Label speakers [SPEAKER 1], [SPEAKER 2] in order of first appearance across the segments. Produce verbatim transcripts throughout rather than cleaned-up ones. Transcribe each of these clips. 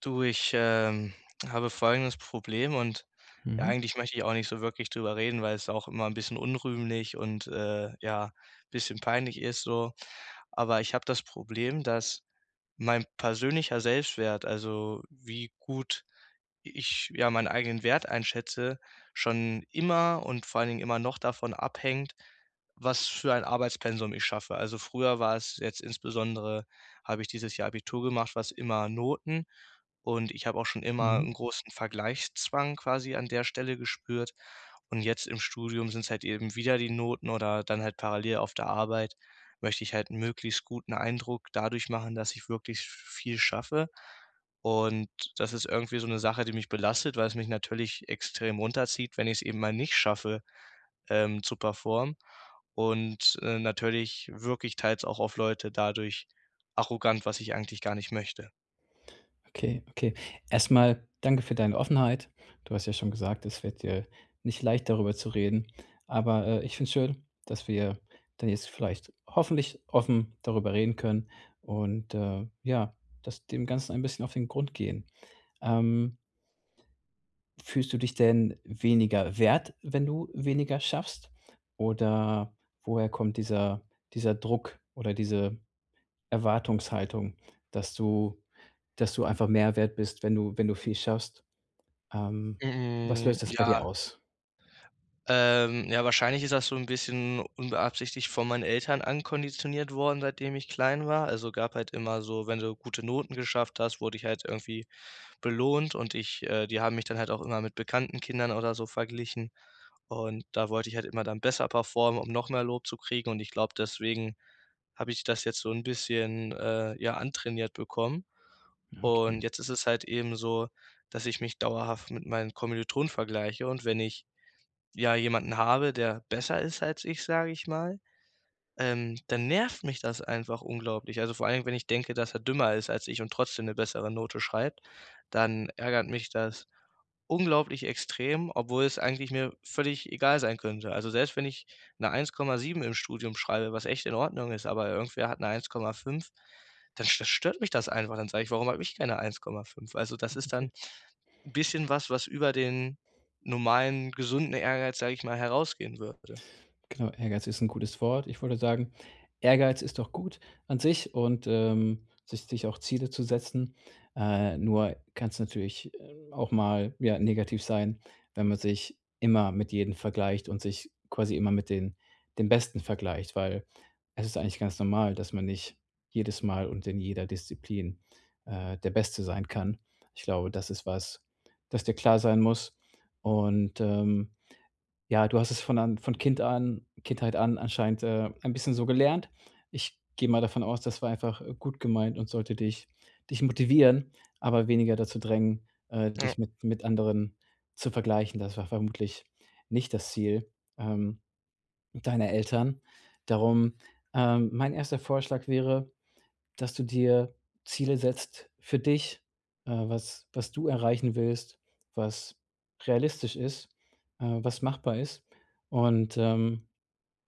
[SPEAKER 1] Du, ich, ähm, habe folgendes Problem und ja,
[SPEAKER 2] Mhm,
[SPEAKER 1] eigentlich möchte ich auch nicht so wirklich drüber reden, weil es auch immer ein bisschen unrühmlich und, äh, ja, ein bisschen peinlich ist so. Aber ich habe das Problem, dass mein persönlicher Selbstwert, also wie gut ich, ja, meinen eigenen Wert einschätze, schon immer und vor allen Dingen immer noch davon abhängt, was für ein Arbeitspensum ich schaffe. Also, früher war es jetzt insbesondere habe ich dieses Jahr Abitur gemacht, was immer Noten. Und ich habe auch schon immer
[SPEAKER 2] mhm.
[SPEAKER 1] einen großen Vergleichszwang quasi an der Stelle gespürt. Und jetzt im Studium sind es halt eben wieder die Noten oder dann halt parallel auf der Arbeit möchte ich halt 'n möglichst guten Eindruck dadurch machen, dass ich wirklich viel schaffe. Und das ist irgendwie so eine Sache, die mich belastet, weil es mich natürlich extrem runterzieht, wenn ich es eben mal nicht schaffe, ähm, zu performen. Und, äh, natürlich wirke ich teils auch auf Leute dadurch arrogant, was ich eigentlich gar nicht möchte.
[SPEAKER 2] Okay, okay. Erstmal danke für deine Offenheit. Du hast ja schon gesagt, es wird dir nicht leicht, darüber zu reden. Aber, äh, ich finde es schön, dass wir dann jetzt vielleicht hoffentlich offen darüber reden können und, äh, ja, dass dem Ganzen ein bisschen auf den Grund gehen. Ähm, Fühlst du dich denn weniger wert, wenn du weniger schaffst? Oder woher kommt dieser dieser Druck oder diese Erwartungshaltung, dass du dass du einfach mehr wert bist, wenn du wenn du viel schaffst. Ähm, Was
[SPEAKER 1] Hm,
[SPEAKER 2] löst das bei dir
[SPEAKER 1] ja.
[SPEAKER 2] aus?
[SPEAKER 1] Ähm, ja, wahrscheinlich ist das so ein bisschen unbeabsichtigt von meinen Eltern ankonditioniert worden, seitdem ich klein war. Also, gab halt immer so wenn du gute Noten geschafft hast, wurde ich halt irgendwie belohnt und ich äh, die haben mich dann halt auch immer mit bekannten Kindern oder so verglichen. Und da wollte ich halt immer dann besser performen, um noch mehr Lob zu kriegen. Und ich glaube, deswegen habe ich das jetzt so ein bisschen, äh, ja, antrainiert bekommen.
[SPEAKER 2] Ja,
[SPEAKER 1] Und
[SPEAKER 2] okay,
[SPEAKER 1] jetzt ist es halt eben so, dass ich mich dauerhaft mit meinen Kommilitonen vergleiche und wenn ich ja, jemanden habe, der besser ist als ich, sage ich mal, ähm, dann nervt mich das einfach unglaublich. Also, vor allen Dingen, wenn ich denke, dass er dümmer ist als ich und trotzdem eine bessere Note schreibt, dann ärgert mich das. Unglaublich extrem, obwohl es eigentlich mir völlig egal sein könnte. Also, selbst wenn ich 'ne eins Komma sieben im Studium schreibe, was echt in Ordnung ist, aber irgendwer hat 'ne eins Komma fünf, dann st stört mich das einfach. Dann sage ich: „Warum habe ich keine eins Komma fünf?“ Also, das ist
[SPEAKER 2] okay.
[SPEAKER 1] dann 'n bisschen was, was über den normalen gesunden Ehrgeiz, sage ich mal, herausgehen würde.
[SPEAKER 2] Genau, Ehrgeiz ist ein gutes Wort. Ich wollte sagen, Ehrgeiz ist doch gut an sich und, ähm, sich sich auch Ziele zu setzen. Äh, nur kann es natürlich, ähm, auch mal, ja, negativ sein, wenn man sich immer mit jedem vergleicht und sich quasi immer mit den den Besten vergleicht, weil es ist eigentlich ganz normal, dass man nicht jedes Mal und in jeder Disziplin, äh, der Beste sein kann. Ich glaube, das ist was, das dir klar sein muss und, ähm ja, du hast es von an von Kind an Kindheit an anscheinend, äh, ein bisschen so gelernt. Ich gehe mal davon aus, das war einfach, äh, gut gemeint und sollte dich dich motivieren, aber weniger dazu drängen, äh, dich mit mit anderen zu vergleichen. Das war vermutlich nicht das Ziel, ähm, deiner Eltern. Darum, ähm, mein erster Vorschlag wäre, dass du dir Ziele setzt für dich, äh, was was du erreichen willst, was realistisch ist, äh, was machbar ist. Und, ähm,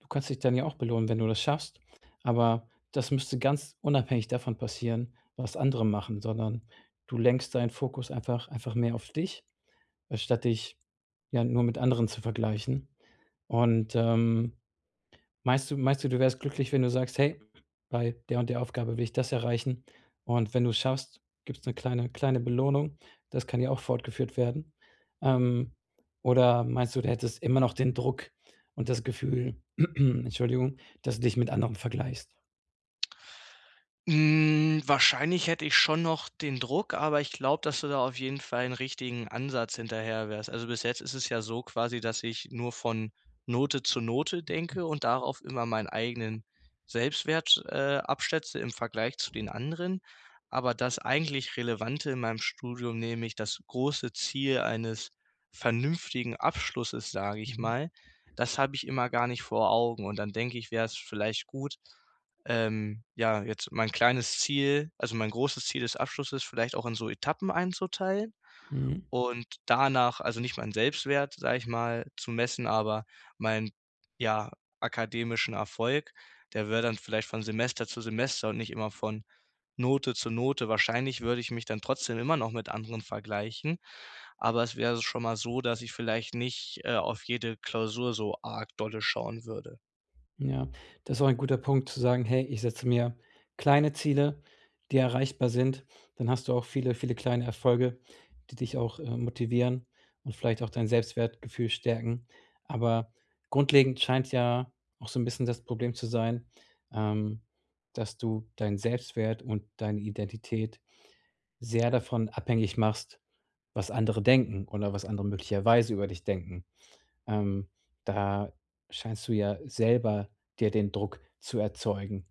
[SPEAKER 2] du kannst dich dann ja auch belohnen, wenn du das schaffst. Aber das müsste ganz unabhängig davon passieren, was andere machen, sondern du lenkst deinen Fokus einfach einfach mehr auf dich, statt dich, ja, nur mit anderen zu vergleichen. Und, ähm, Meinst du meinst du, du wärst glücklich, wenn du sagst: „Hey, bei der und der Aufgabe will ich das erreichen.“ Und wenn du's schaffst, gibt es eine kleine kleine Belohnung. Das kann ja auch fortgeführt werden. Ähm, oder meinst du, du hättest immer noch den Druck und das Gefühl, Entschuldigung, dass du dich mit anderen vergleichst?
[SPEAKER 1] Hm, wahrscheinlich hätte ich schon noch den Druck, aber ich glaube, dass du da auf jeden Fall 'n richtigen Ansatz hinterher wärst. Also, bis jetzt ist es ja so quasi, dass ich nur von Note zu Note denke und darauf immer meinen eigenen Selbstwert, äh, abschätze im Vergleich zu den anderen. Aber das eigentlich Relevante in meinem Studium, nämlich das große Ziel eines vernünftigen Abschlusses, sage ich
[SPEAKER 2] Mhm.
[SPEAKER 1] mal, das habe ich immer gar nicht vor Augen. Und dann denke ich, wäre es vielleicht gut ähm, ja, jetzt mein kleines Ziel, also mein großes Ziel des Abschlusses vielleicht auch in so Etappen einzuteilen
[SPEAKER 2] Mhm.
[SPEAKER 1] und danach also nicht meinen Selbstwert, sage ich mal, zu messen, aber meinen, ja, akademischen Erfolg. Der wäre dann vielleicht von Semester zu Semester und nicht immer von Note zu Note. Wahrscheinlich würde ich mich dann trotzdem immer noch mit anderen vergleichen, aber es wäre schon mal so, dass ich vielleicht nicht, äh, auf jede Klausur so arg dolle schauen würde.
[SPEAKER 2] Ja, das ist auch ein guter Punkt zu sagen: „Hey, ich setze mir kleine Ziele, die erreichbar sind.“ Dann hast du auch viele, viele kleine Erfolge, die dich auch, äh, motivieren und vielleicht auch dein Selbstwertgefühl stärken. Aber grundlegend scheint ja auch so ein bisschen das Problem zu sein, ähm, dass du deinen Selbstwert und deine Identität sehr davon abhängig machst, was andere denken oder was andere möglicherweise über dich denken. Ähm, Da scheinst du ja selber dir den Druck zu erzeugen.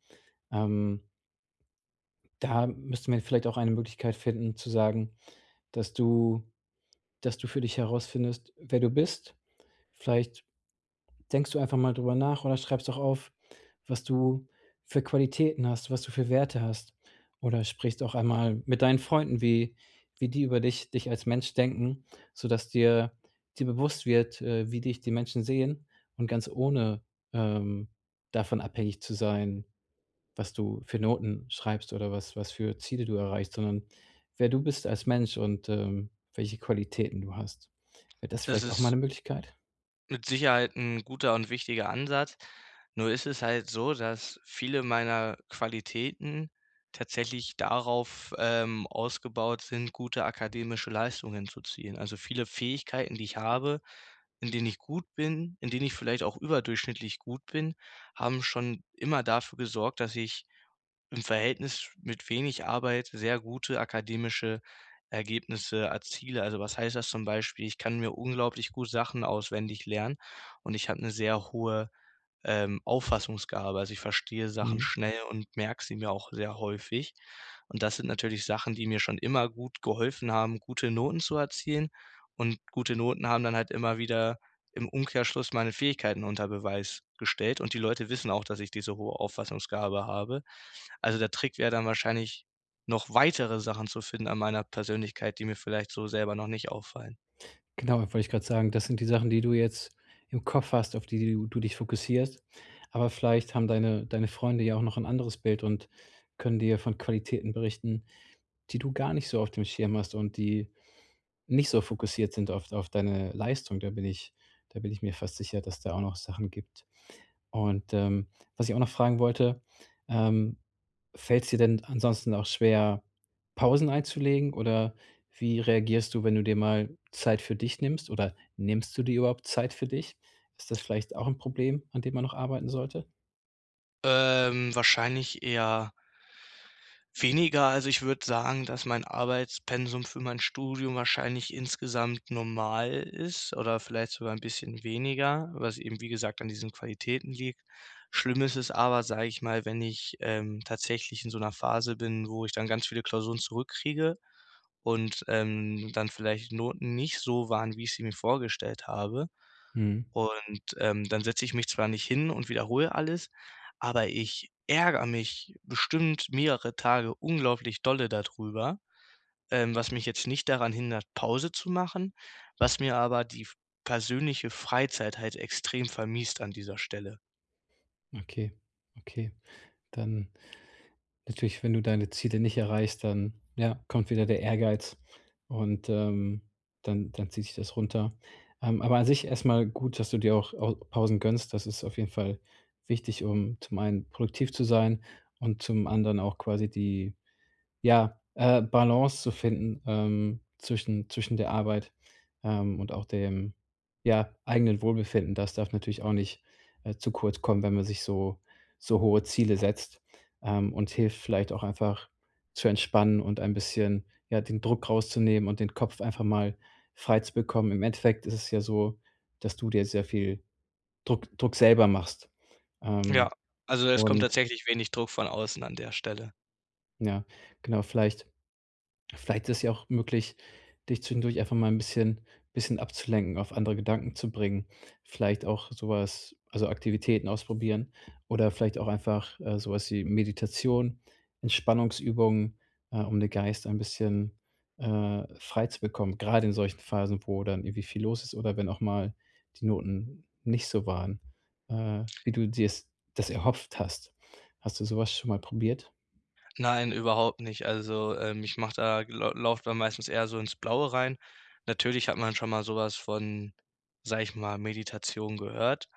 [SPEAKER 2] Ähm, Da müsste man vielleicht auch eine Möglichkeit finden zu sagen, dass du dass du für dich herausfindest, wer du bist. Vielleicht denkst du einfach mal drüber nach oder schreibst auch auf, was du für Qualitäten hast, was du für Werte hast. Oder sprichst auch einmal mit deinen Freunden, wie, wie die über dich, dich als Mensch denken, sodass dir, dir bewusst wird, äh, wie dich die Menschen sehen und ganz ohne ähm, davon abhängig zu sein, was du für Noten schreibst oder was, was für Ziele du erreichst, sondern wer du bist als Mensch und ähm, welche Qualitäten du hast. Wäre das
[SPEAKER 1] Das
[SPEAKER 2] vielleicht auch mal
[SPEAKER 1] ist
[SPEAKER 2] eine Möglichkeit?
[SPEAKER 1] mit Sicherheit ein guter und wichtiger Ansatz. Nur ist es halt so, dass viele meiner Qualitäten tatsächlich darauf, ähm, ausgebaut sind, gute akademische Leistungen zu ziehen. Also, viele Fähigkeiten, die ich habe, in denen ich gut bin, in denen ich vielleicht auch überdurchschnittlich gut bin, haben schon immer dafür gesorgt, dass ich im Verhältnis mit wenig Arbeit sehr gute akademische Ergebnisse erziele. Also, was heißt das zum Beispiel? Ich kann mir unglaublich gut Sachen auswendig lernen und ich habe eine sehr hohe ähm, Auffassungsgabe. Also, ich verstehe Sachen
[SPEAKER 2] Mhm.
[SPEAKER 1] schnell und merke sie mir auch sehr häufig. Und das sind natürlich Sachen, die mir schon immer gut geholfen haben, gute Noten zu erzielen. Und gute Noten haben dann halt immer wieder im Umkehrschluss meine Fähigkeiten unter Beweis gestellt. Und die Leute wissen auch, dass ich diese hohe Auffassungsgabe habe. Also, der Trick wäre dann wahrscheinlich, noch weitere Sachen zu finden an meiner Persönlichkeit, die mir vielleicht so selber noch nicht auffallen.
[SPEAKER 2] Genau, wollte ich gerade sagen, das sind die Sachen, die du jetzt im Kopf hast, auf die du du dich fokussierst. Aber vielleicht haben deine deine Freunde ja auch noch ein anderes Bild und können dir von Qualitäten berichten, die du gar nicht so auf dem Schirm hast und die nicht so fokussiert sind auf auf deine Leistung. Da bin ich da bin ich mir fast sicher, dass da auch noch Sachen gibt. Und, ähm, was ich auch noch fragen wollte, ähm, fällt es dir denn ansonsten auch schwer, Pausen einzulegen oder wie reagierst du, wenn du dir mal Zeit für dich nimmst oder nimmst du dir überhaupt Zeit für dich? Ist das vielleicht auch ein Problem, an dem man noch arbeiten sollte?
[SPEAKER 1] Ähm, wahrscheinlich eher weniger. Also, ich würde sagen, dass mein Arbeitspensum für mein Studium wahrscheinlich insgesamt normal ist oder vielleicht sogar ein bisschen weniger, was eben, wie gesagt, an diesen Qualitäten liegt. Schlimm ist es aber, sage ich mal, wenn ich, ähm, tatsächlich in so einer Phase bin, wo ich dann ganz viele Klausuren zurückkriege und, ähm, dann vielleicht Noten nicht so waren, wie ich sie mir vorgestellt habe.
[SPEAKER 2] Mhm,
[SPEAKER 1] Und, ähm, dann setze ich mich zwar nicht hin und wiederhole alles, aber ich ärgere mich bestimmt mehrere Tage unglaublich dolle darüber, ähm, was mich jetzt nicht daran hindert, Pause zu machen, was mir aber die f persönliche Freizeit halt extrem vermiest an dieser Stelle.
[SPEAKER 2] okay, okay. Dann natürlich, wenn du deine Ziele nicht erreichst, dann, ja, kommt wieder der Ehrgeiz und, ähm, dann dann zieht sich das runter. Ähm, aber an sich erst mal gut, dass du dir auch au Pausen gönnst. Das ist auf jeden Fall wichtig, um zum einen produktiv zu sein und zum anderen auch quasi die ja, äh, Balance zu finden, ähm, zwischen zwischen der Arbeit, ähm, und auch dem, ja, eigenen Wohlbefinden. Das darf natürlich auch nicht, äh, zu kurz kommen, wenn man sich so so hohe Ziele setzt, ähm, und hilft vielleicht auch einfach zu entspannen und ein bisschen, ja, den Druck rauszunehmen und den Kopf einfach mal frei zu bekommen. Im Endeffekt ist es ja so, dass du dir sehr viel Druck Druck selber machst. Ähm,
[SPEAKER 1] Ja, also es kommt
[SPEAKER 2] und
[SPEAKER 1] tatsächlich wenig Druck von außen an der Stelle.
[SPEAKER 2] ja, genau, vielleicht ja, vielleicht ist es ja auch möglich, dich zwischendurch einfach mal ein bisschen bisschen abzulenken, auf andere Gedanken zu bringen. Vielleicht auch sowas, also, Aktivitäten ausprobieren oder vielleicht auch einfach, äh, so wie Meditation, Entspannungsübungen, äh, um den Geist ein bisschen, äh, frei zu bekommen, gerade in solchen Phasen, wo dann irgendwie viel los ist oder wenn auch mal die Noten nicht so waren, äh, wie du dir's das erhofft hast. Hast du sowas schon mal probiert?
[SPEAKER 1] Nein, überhaupt nicht. Also, ähm, ich mache da lau laufe da meistens eher so ins Blaue rein. Natürlich hat man schon mal sowas von, sage ich mal, Meditation gehört,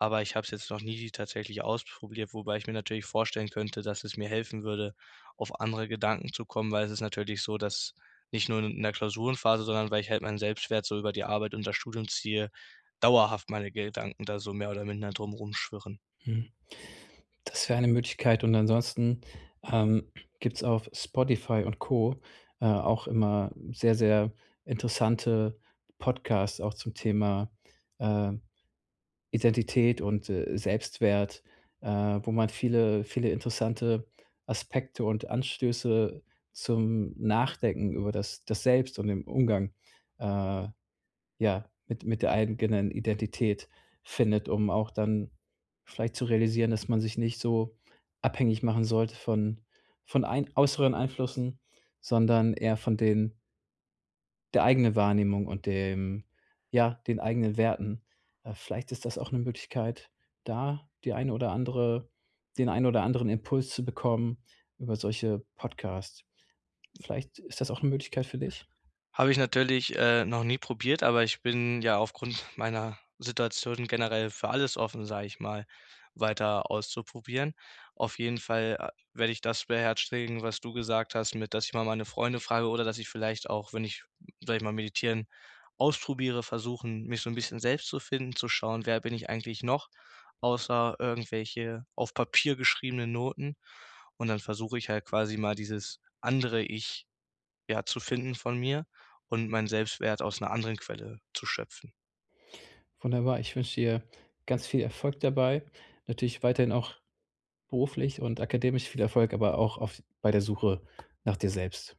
[SPEAKER 1] aber ich habe es jetzt noch nie tatsächlich ausprobiert, wobei ich mir natürlich vorstellen könnte, dass es mir helfen würde, auf andere Gedanken zu kommen, weil es ist natürlich so, dass nicht nur in der Klausurenphase, sondern weil ich halt meinen Selbstwert so über die Arbeit und das Studium ziehe, dauerhaft meine Gedanken da so mehr oder minder drum rumschwirren.
[SPEAKER 2] Das wäre eine Möglichkeit und ansonsten, ähm, gibt's auf Spotify und Co. äh, auch immer sehr, sehr interessante Podcasts auch zum Thema, äh, Identität und, äh, Selbstwert, äh, wo man viele viele interessante Aspekte und Anstöße zum Nachdenken über das das Selbst und den Umgang, äh ja, mit mit der eigenen Identität findet, um auch dann vielleicht zu realisieren, dass man sich nicht so abhängig machen sollte von von ein äußeren Einflüssen, sondern eher von den der eigenen Wahrnehmung und dem ja, den eigenen Werten. Äh, vielleicht ist das auch eine Möglichkeit, da die eine oder andere den einen oder anderen Impuls zu bekommen über solche Podcasts. Vielleicht ist das auch eine Möglichkeit für dich?
[SPEAKER 1] Habe ich natürlich, äh, noch nie probiert, aber ich bin ja aufgrund meiner Situation generell für alles offen, sage ich mal, weiter auszuprobieren. Auf jeden Fall, äh, werde ich das beherzigen, was du gesagt hast, mit dass ich mal meine Freunde frage oder dass ich vielleicht auch, wenn ich, sage ich mal, meditieren ausprobiere, versuchen, mich so ein bisschen selbst zu finden, zu schauen, wer bin ich eigentlich noch, außer irgendwelche auf Papier geschriebenen Noten. Und dann versuche ich halt quasi mal dieses andere Ich, ja, zu finden von mir und meinen Selbstwert aus einer anderen Quelle zu schöpfen.
[SPEAKER 2] Wunderbar. Ich wünsche dir ganz viel Erfolg dabei. Natürlich weiterhin auch beruflich und akademisch viel Erfolg, aber auch auf, bei der Suche nach dir selbst.